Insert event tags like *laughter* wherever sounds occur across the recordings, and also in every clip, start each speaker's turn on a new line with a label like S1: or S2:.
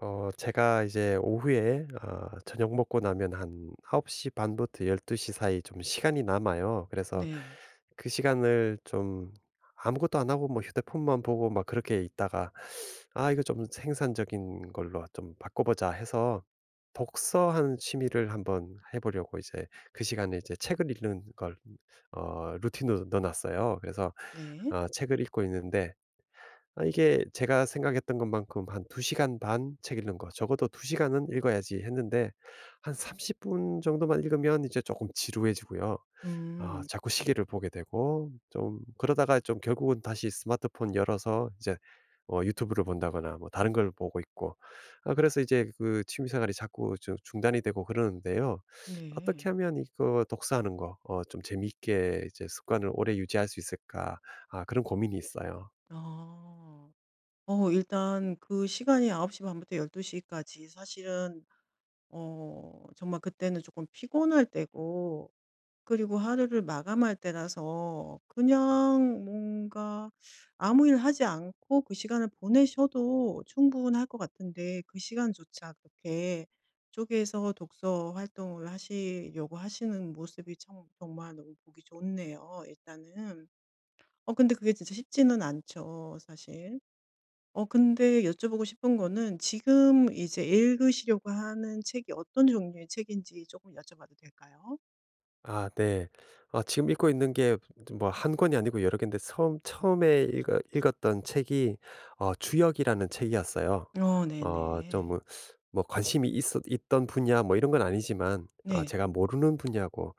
S1: 제가 이제 오후에, 저녁 먹고 나면 한9시 반 부터 1 2시 사이 좀 시간이 남아요. 그래서
S2: 네.
S1: 그 시간을 좀 아무것도 안 하고, 뭐 휴대폰만 보고 막 그렇게 있다가, '아, 이거 좀 생산적인 걸로 좀 바꿔 보자.' 해서 독서하는 취미를 한번 해 보려고, 이제 그 시간에 이제 책을 읽는 걸 루틴으로 넣어 놨어요. 그래서
S2: 네.
S1: 책을 읽고 있는데, 아 이게 제가 생각했던 것만큼, 한 2 시간 반 책 읽는 거, 적어도 2 시간은 읽어야지 했는데, 한 30분 정도만 읽으면 이제 조금 지루해지고요. 아,
S2: 음.
S1: 자꾸 시계를 보게 되고 좀 그러다가, 좀 결국은 다시 스마트폰 열어서 이제 뭐 유튜브를 본다거나 뭐 다른 걸 보고 있고. 아, 그래서 이제 그 취미 생활이 자꾸 좀 중단이 되고 그러는데요. 어떻게
S2: 네.
S1: 하면 이거 독서하는 거 좀 재미있게 이제 습관을 오래 유지할 수 있을까? 아, 그런 고민이 있어요.
S2: 아. 일단 그 시간이 9시 반 부터 12시 까지 사실은 정말 그때는 조금 피곤할 때고, 그리고 하루를 마감할 때라서 그냥 뭔가 아무 일 하지 않고 그 시간을 보내셔도 충분할 것 같은데, 그 시간조차 그렇게 쪼개서 독서 활동을 하시려고 하시는 모습이 참 정말 너무 보기 좋네요, 일단은. 근데 그게 진짜 쉽지는 않죠, 사실. 근데 여쭤보고 싶은 거는 지금 이제 읽으시려고 하는 책이 어떤 종류의 책인지 조금 여쭤봐도 될까요?
S1: 아, 네. 아, 지금 읽고 있는 게 뭐 한 권이 아니고 여러 개인데, 처음에 읽어 읽었던 책이 주역이라는 책이었어요.
S2: 어
S1: 어좀
S2: 네네.
S1: 뭐 뭐 관심이 있었 있던 분야, 뭐 이런 건 아니지만, 아
S2: 네.
S1: 제가 모르는 분야고,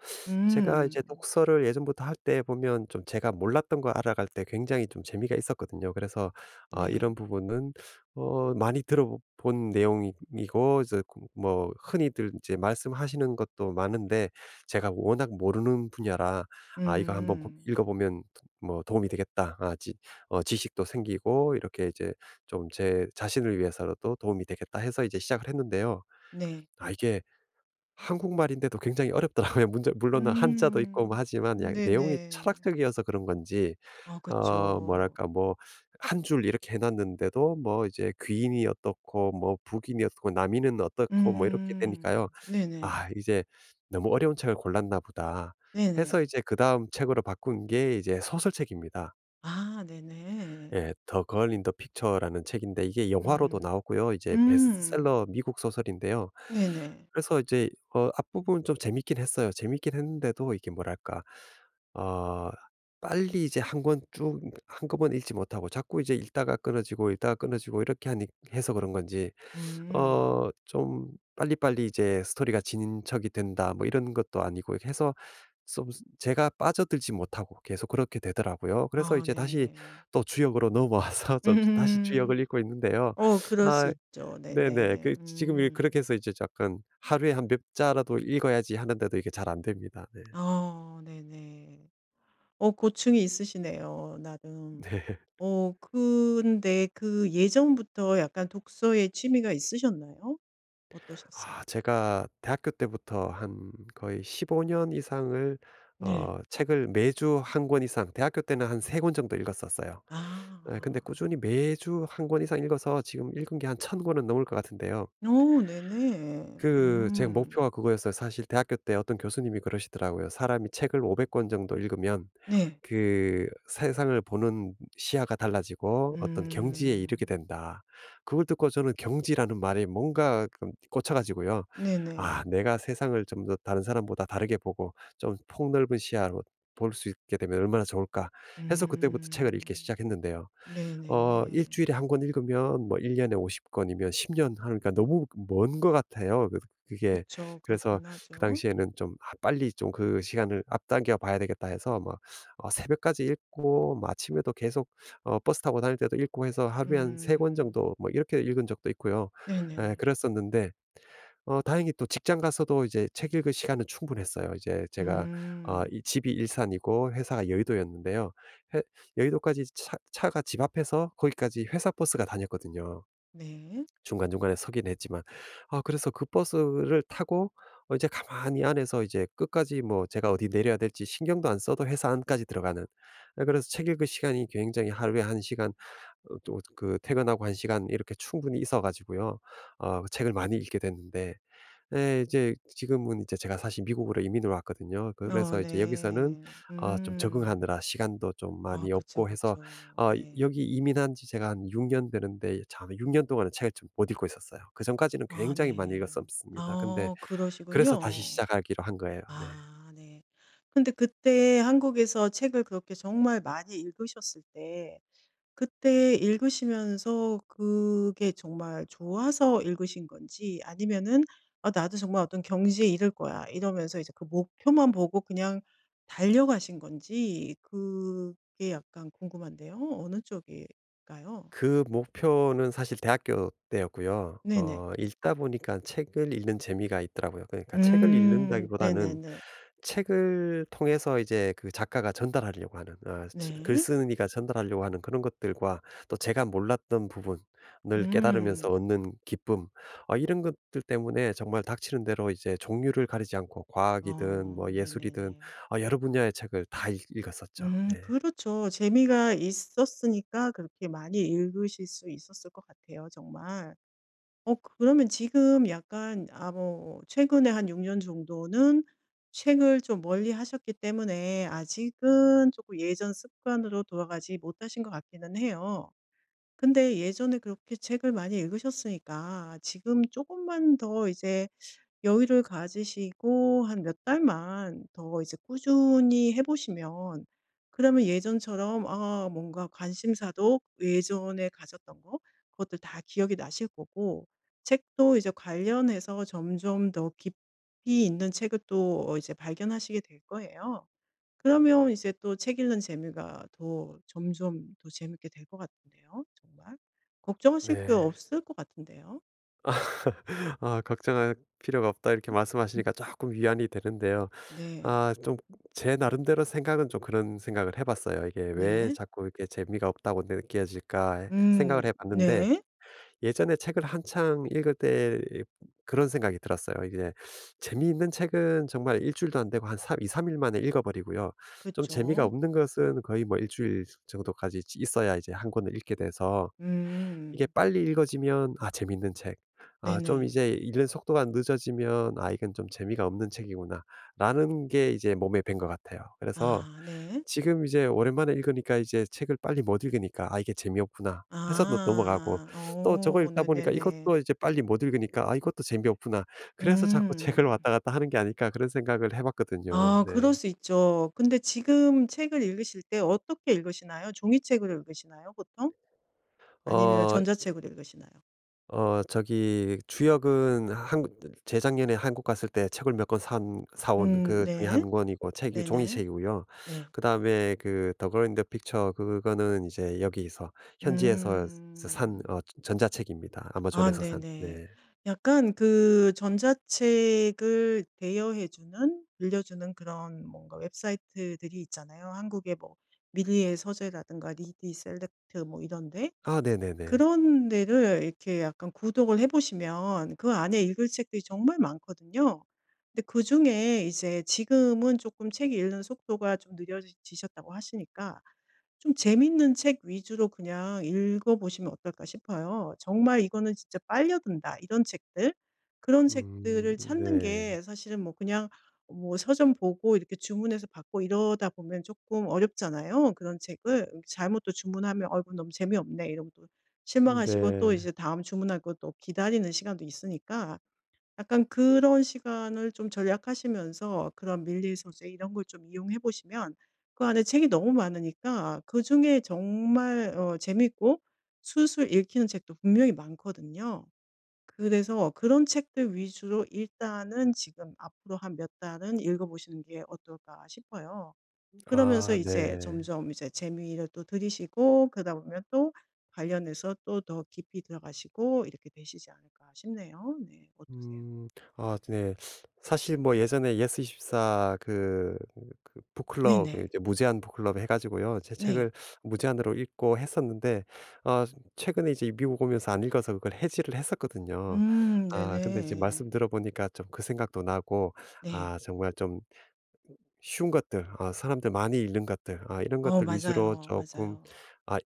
S1: 제가 이제
S2: 음.
S1: 독서를 예전부터 할 때 보면 좀 제가 몰랐던 거 알아갈 때 굉장히 좀 재미가 있었거든요. 그래서 아,
S2: 네.
S1: 이런 부분은 많이 들어 본 내용이 고 이제 그 뭐 흔히들 이제 말씀하시는 것도 많은데, 제가 워낙 모르는 분야라 '아 이거 한번 보
S2: 음.
S1: 읽어보면 뭐 도움이 되겠다.' 아 지 어 지식도 생기고 이렇게 이제, 좀 제 자신을 위해서라도 도움이 되겠다 해서 이제 시작을 했는데요.
S2: 네.
S1: 아 이게 한국말인데도 굉장히 어렵더라고요. *laughs* 문 물론 한자도 있고 뭐
S2: 음.
S1: 하지만, 야, 내용이
S2: 네네.
S1: 철학적이어서 그런 건지
S2: 아 그쵸.
S1: 뭐랄까, 뭐 한 줄 이렇게 해 놨는데도, 뭐 이제 귀인이 어떻고 뭐 북인이 어떻고 남인은 어떻고 뭐 이렇게
S2: 음.
S1: 되니까요.
S2: 네네.
S1: '아, 이제 너무 어려운 책을 골랐나 보다.'
S2: 네네.
S1: 해서 이제 그다음 책으로 바꾼 게 이제 소설책입니다.
S2: 아
S1: 예.
S2: 네네.
S1: 더 걸 인 더 픽처라는 책인데, 이게 영화로도
S2: 음.
S1: 나왔고요, 이제
S2: 음.
S1: 베스트셀러 미국 소설인데요.
S2: 네네.
S1: 그래서 이제 앞부분 좀 재밌긴 했어요. 재밌긴 했는데도, 이게 뭐랄까 어 빨리 이제 한 권 쭉 한꺼번에 읽지 못하고, 자꾸 이제 읽다가 끊어지고 읽다가 끊어지고 이렇게 하니 해서 그런 건지,
S2: 음.
S1: 좀 빨리빨리 이제 스토리가 진척이 된다 뭐 이런 것도 아니고 해서, 좀 제가 빠져들지 못하고 계속 그렇게 되더라고요. 그래서
S2: 아
S1: 이제 다시
S2: 네.
S1: 또 주역으로 넘어와서 *laughs* 좀 다시 주역을
S2: 음.
S1: 읽고 있는데요.
S2: 그럴 수
S1: 아,
S2: 있죠.
S1: 네네.
S2: 네네.
S1: 그 지금 이 그렇게
S2: 음.
S1: 해서 이제 약간 '하루에 한 몇 자라도 읽어야지.' 하는데도 이게 잘 안 됩니다. 네.
S2: 어 네네. 고충이 있으시네요,
S1: *laughs*
S2: 나름.
S1: 네.
S2: 근데 그 예전부터 약간 독서에 취미가 있으셨나요? 어떠셨어요?
S1: 아, 제가 대학교 때부터 한 거의 15년 이상을
S2: 네.
S1: 책을 매주 한 권 이상, 대학교 때는 한 3권 정도 읽었었어요. 예, 근데
S2: 아.
S1: 꾸준히 매주 한 권 이상 읽어서 지금 읽은 게 한 천 권은 넘을 것 같은데요.
S2: 오 네네.
S1: 그 제 목표가
S2: 음.
S1: 그거였어요. 사실 대학교 때 어떤 교수님이 그러시더라고요. "사람이 책을 500 정도 읽으면
S2: 네.
S1: 그 세상을 보는 시야가 달라지고 어떤 경지에 이르게
S2: 음.
S1: 된다." 그걸 듣고 저는 경지라는 말에 뭔가 그 꽂혀 가지고요.
S2: 네네.
S1: '아, 내가 세상을 좀 더 다른 사람보다 다르게 보고 좀 폭넓은 시야로 볼 수 있게 되면 얼마나 좋을까.' 해서 그때부터 책을 읽기
S2: 음.
S1: 시작했는데요. 일
S2: 네네.
S1: 주일에 한 권 읽으면, 뭐 1 년에 50 권이면 10년 하니까 너무 먼 것 같아요. 그 그게,
S2: 그쵸.
S1: 그래서
S2: 그렇긴
S1: 그
S2: 하죠.
S1: 당시에는 좀 '아, 빨리 좀 그 시간을 앞당겨 봐야 되겠다.' 해서 막 새벽까지 읽고, 뭐 아침에도 계속 버스 타고 다닐 때도 읽고 해서, 하루에 한 3권
S2: 음.
S1: 정도 뭐 이렇게 읽은 적도 있고요. 에
S2: 네네.
S1: 그랬었는데 다행히 또 직장 가서도 이제 책 읽을 시간은 충분했어요. 이제 제가
S2: 음.
S1: 이 집이 일산이고 회사가 여의도였는데요. 해 여의도까지 차 차가 집 앞에서 거기까지 회사 버스가 다녔거든요.
S2: 네.
S1: 중간중간에 서긴 했지만. 아, 그래서 그 버스를 타고 이제 가만히 안에서, 이제 끝까지 뭐 제가 어디 내려야 될지 신경도 안 써도 회사 안까지 들어가는. 아, 그래서 책 읽을 시간이 굉장히, 하루에 한 시간, 또 그 퇴근하고 한 시간, 이렇게 충분히 있어 가지고요, 책을 많이 읽게 됐는데. 네, 이제 지금은 이제 제가 사실 미국으로 이민을 왔거든요.
S2: 어
S1: 그래서 이제 여기서는
S2: 네.
S1: 좀
S2: 음.
S1: 적응하느라 시간도 좀
S2: 아
S1: 많이
S2: 그쵸,
S1: 없고 해서,
S2: 그쵸.
S1: 어,
S2: 네.
S1: 여기 이민한 지 제가 한 6년 되는데, 참 6년 동안은 책을 좀 못 읽고 있었어요. 그전까지는
S2: 아
S1: 굉장히 많이
S2: 네.
S1: 읽었었습니다. 근데,
S2: 아
S1: 그래서 다시
S2: 그러시군요.
S1: 시작하기로 한 거예요. 네.
S2: 아 네. 근데 그때 한국에서 책을 그렇게 정말 많이 읽으셨을 때, 그때 읽으시면서 그게 정말 좋아서 읽으신 건지, 아니면은 '아 나도 정말 어떤 경지에 이를 거야.' 이러면서 이제 그 목표만 보고 그냥 달려가신 건지, 그게 약간 궁금한데요. 어느 쪽일까요?
S1: 그 목표는 사실 대학교 때였고요.
S2: 네네.
S1: 읽다 보니까 책을 읽는 재미가 있더라고요. 그러니까 책을
S2: 음.
S1: 읽는다기보다는,
S2: 네네네.
S1: 책을 통해서 이제 그 작가가 전달하려고 하는, 아 츠
S2: 네.
S1: 글쓴이가 전달하려고 하는 그런 것들과, 또 제가 몰랐던 부분을 깨달으면서
S2: 음.
S1: 얻는 기쁨, 이런 것들 때문에 정말 닥치는 대로 이제 종류를 가리지 않고, 과학이든 뭐
S2: 어.
S1: 예술이든
S2: 네네네.
S1: 여러 분야의 책을 다 읽 읽었었죠.
S2: 음,
S1: 네.
S2: 그렇죠. 재미가 있었으니까 그렇게 많이 읽으실 수 있었을 것 같아요, 정말. 그러면 지금 약간 아 뭐 최근에 한 6년 정도는 책을 좀 멀리하셨기 때문에 아직은 조금 예전 습관으로 돌아가지 못하신 것 같기는 해요. 근데 예전에 그렇게 책을 많이 읽으셨으니까 지금 조금만 더 이제 여유를 가지시고 한 몇 달만 더 이제 꾸준히 해 보시면, 그러면 예전처럼 아 뭔가 관심사도 예전에 가졌던 거, 그것들 다 기억이 나실 거고, 책도 이제 관련해서 점점 더 깊이 있는 책을 또 이제 발견하시게 될 거예요. 그러면 이제 또 책 읽는 재미가 더 점점 더 재밌게 될 것 같은데요, 정말. 걱정하실 게
S1: 네.
S2: 없을 것 같은데요.
S1: *laughs* 아, 걱정할 필요가 없다 이렇게
S2: 음.
S1: 말씀하시니까 조금 위안이 되는데요.
S2: 네.
S1: 아, 좀 제 나름대로 생각은, 좀 그런 생각을 해 봤어요. 이게 '왜
S2: 네.
S1: 자꾸 이렇게 재미가 없다고 느껴질까.' 생각을 해 봤는데,
S2: 네.
S1: 예전에 책을 한창 읽을 때 그런 생각이 들었어요. 이제 재미있는 책은 정말 일 주일도 안 되고 한 3 2~3일 만에 읽어 버리고요. 좀 재미가
S2: 그쵸.
S1: 없는 것은 거의 뭐 일 주일 정도까지 있어야 이제 한 권을 읽게 돼서, 이게
S2: 음.
S1: 빨리 읽어지면 아 재밌는 책, 아 좀
S2: 네네.
S1: 이제 읽는 속도가 늦어지면 '아, 이건 좀 재미가 없는 책이구나.'라는 게 이제 몸에 밴 것 같아요. 그래서
S2: 아 네.
S1: 지금 이제 오랜만에 읽으니까 이제 책을 빨리 못 읽으니까 '아, 이게 재미없구나.' 해서 또 넘어가고,
S2: 아.
S1: 또 저거
S2: 오
S1: 읽다 보니까
S2: 네네네.
S1: 이것도 이제 빨리 못 읽으니까 '아, 이것도 재미없구나.' 그래서 자꾸 *laughs* 책을
S2: 음.
S1: 왔다 갔다 하는 게 아닐까, 그런 생각을 해 봤거든요.
S2: 아
S1: 네.
S2: 그럴 수 있죠. 근데 지금 책을 읽으실 때 어떻게 읽으시나요? 종이책으로 읽으시나요, 보통? 아니면
S1: 어
S2: 전자책으로 읽으시나요?
S1: 저기 주역은 한국, 재작년에 한국 갔을 때 책을 몇 권 산 사온 그 중에
S2: 네.
S1: 한 권이고, 책이
S2: 네네.
S1: 종이책이고요.
S2: 네.
S1: 그다음에, 그 더 걸 인 더 픽처, 그거는 이제 여기서, 현지에서 서 산
S2: 음.
S1: 전자책입니다.
S2: 아
S1: 아마존에서 산.
S2: 네네.
S1: 네.
S2: 약간 그 전자책을 대여해 주는, 빌려 주는 그런 뭔가 웹사이트들이 있잖아요. 한국의 뭐 밀리의 서재라든가 리디셀렉트 뭐 이런 데.
S1: 아, 네네네.
S2: 그런 데를 이렇게 약간 구독을 해 보시면 그 안에 읽을 책들이 정말 많거든요. 근데 그중에 이제 지금은 조금 책 읽는 속도가 좀 느려지 셨다고 하시니까 좀 재밌는 책 위주로 그냥 읽어 보시면 어떨까 싶어요. 정말 '이거는 진짜 빨려든다.' 이런 책들, 그런
S1: 음,
S2: 책들을 찾는
S1: 네.
S2: 게 사실은 뭐 그냥 뭐 서점 보고 이렇게 주문해서 받고 이러다 보면 조금 어렵잖아요, 그런 책을. 잘못 또 주문하면 '아이 너무 재미없네.' 이러면 또 실망하시고, 또
S1: 네.
S2: 이제 다음 주문할 것도 기다리는 시간도 있으니까 약간 그런 시간을 좀 전략하시면서 그런 밀릴 소재 이런 걸 좀 이용해 보시면, 그 안에 책이 너무 많으니까 그중에 정말 재밌고 술술 읽히는 책도 분명히 많거든요. 그래서 그런 책들 위주로 일단은 지금 앞으로 한 몇 달은 읽어 보시는 게 어떨까 싶어요. 그러면서
S1: 아,
S2: 이제
S1: 네.
S2: 점점 이제 재미를 또 들이시고, 그러다 보면 또 관련해서 또 더 깊이 들어가시고 이렇게 되시지 않을까 싶네요. 네. 어떠세요?
S1: 음. 아, 네. 사실 뭐 예전에 예스24, 그 북클럽,
S2: 네네.
S1: 이제 무제한 북클럽 해 가지고요, 제
S2: 네.
S1: 책을 무제한으로 읽고 했었는데, 아 최근에 이제 미국 오면서 안 읽어서 그걸 해지를 했었거든요.
S2: 음.
S1: 아, 근데 이제
S2: 네네.
S1: 말씀 들어 보니까 좀 그 생각도 나고,
S2: 네.
S1: 아 정말 좀 쉬운 것들, 아 사람들 많이 읽는 것들, 아 이런
S2: 어
S1: 것들 위주로
S2: 맞아요,
S1: 조금,
S2: 맞아요.
S1: 아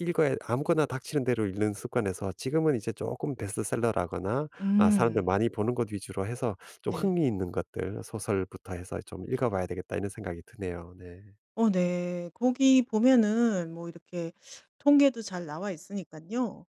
S1: 읽어야, 아무거나 닥치는 대로 읽는 습관에서 지금은 이제 조금 베스트셀러라거나 아 사람들
S2: 음.
S1: 많이 보는 것 위주로 해서 좀
S2: 네.
S1: 흥미 있는 것들, 소설부터 해서 '좀 읽어 봐야 되겠다.' 이런 생각이 드네요. 네.
S2: 어 네. 거기 보면은 뭐 이렇게 통계도 잘 나와 있으니까요,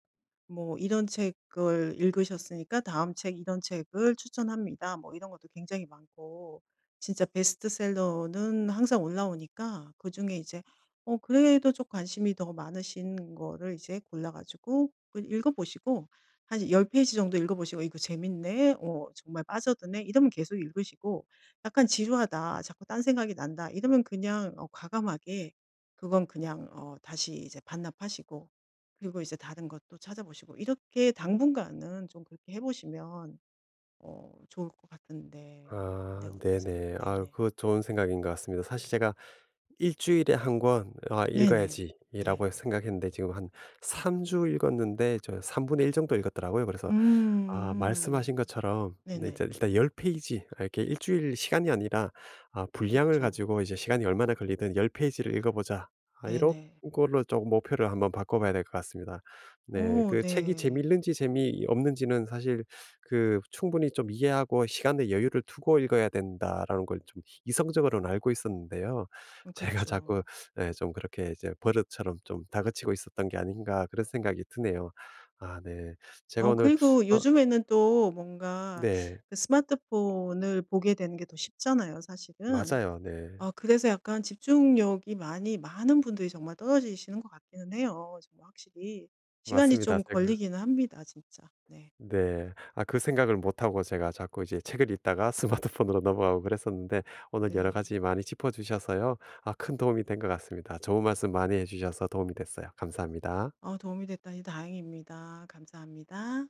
S2: 뭐 "이런 책을 읽으셨으니까 다음 책 이런 책을 추천합니다." 뭐 이런 것도 굉장히 많고, 진짜 베스트셀러는 항상 올라오니까 그중에 이제 그래도 좀 관심이 더 많으신 거를 이제 골라 가지고 그 읽어 보시고, 한 10페이지 페이지 정도 읽어 보시고 '이거 재밌네. 어 정말 빠져드네.' 이러면 계속 읽으시고, 약간 '지루하다. 자꾸 딴 생각이 난다.' 이러면 그냥 과감하게 그건 그냥 다시 이제 반납하시고, 그리고 이제 다른 것도 찾아보시고 이렇게 당분간은 좀 그렇게 해 보시면 좋을 것 같은데, 어 네,
S1: 아,
S2: 어떠세요?
S1: 네네. 아,
S2: 네네.
S1: 그거 좋은 생각인 것 같습니다. 사실 제가 일 주일에 한 권 '아,
S2: 네네. 네.
S1: 읽어야지.'이라고 생각했는데, 지금 한 3주 읽었는데 저1일 정도 읽었더라고요. 그래서
S2: 음.
S1: 아, 말씀하신 것처럼 네, 이제
S2: 네네.
S1: 일단 10 페이지, 아 이렇게 일 주일 시간이 아니라 아 분량을
S2: 그쵸.
S1: 가지고 이제 시간이 얼마나 걸리든 10 페이지를 읽어 보자, 아 이런
S2: 네네.
S1: 걸로 조금 목표를 한번 바꿔 봐야 될 것 같습니다. 네.
S2: 오.
S1: 그 책이
S2: 네.
S1: 재미있는지 재미없는지는 사실 그 충분히 좀 이해하고 시간의 여유를 두고 읽어야 된다라는 걸 좀 이성적으로는 알고 있었는데요. 제가
S2: 그쵸.
S1: 자꾸 예, 좀 그렇게 이제 '버릇처럼 좀 다그치고 있었던 게 아닌가.' 그런 생각이 드네요. 아, 네. 제가 오늘
S2: 그리고
S1: 어
S2: 요즘에는 또 뭔가
S1: 네.
S2: 그 스마트폰을 보게 되는 게 더 쉽잖아요, 사실은.
S1: 맞아요. 네.
S2: 아 그래서 약간 집중력이 많이, 많은 분들이 정말 떨어지시는 것 같기는 해요. 정말 확실히 시간이
S1: 맞습니다.
S2: 좀
S1: 제가
S2: 걸리기는 합니다, 진짜. 네.
S1: 네. 아, 그 생각을 못 하고 제가 자꾸 이제 책을 읽다가 *laughs* 스마트폰으로 넘어가고 그랬었는데, 오늘 여러
S2: 네.
S1: 가지 많이 짚어 주셔서요, 아 큰 도움이 된 것 같습니다. 좋은 말씀 많이 해 주셔서 도움이 됐어요. 감사합니다.
S2: 도움이 됐다니 다행입니다. 감사합니다.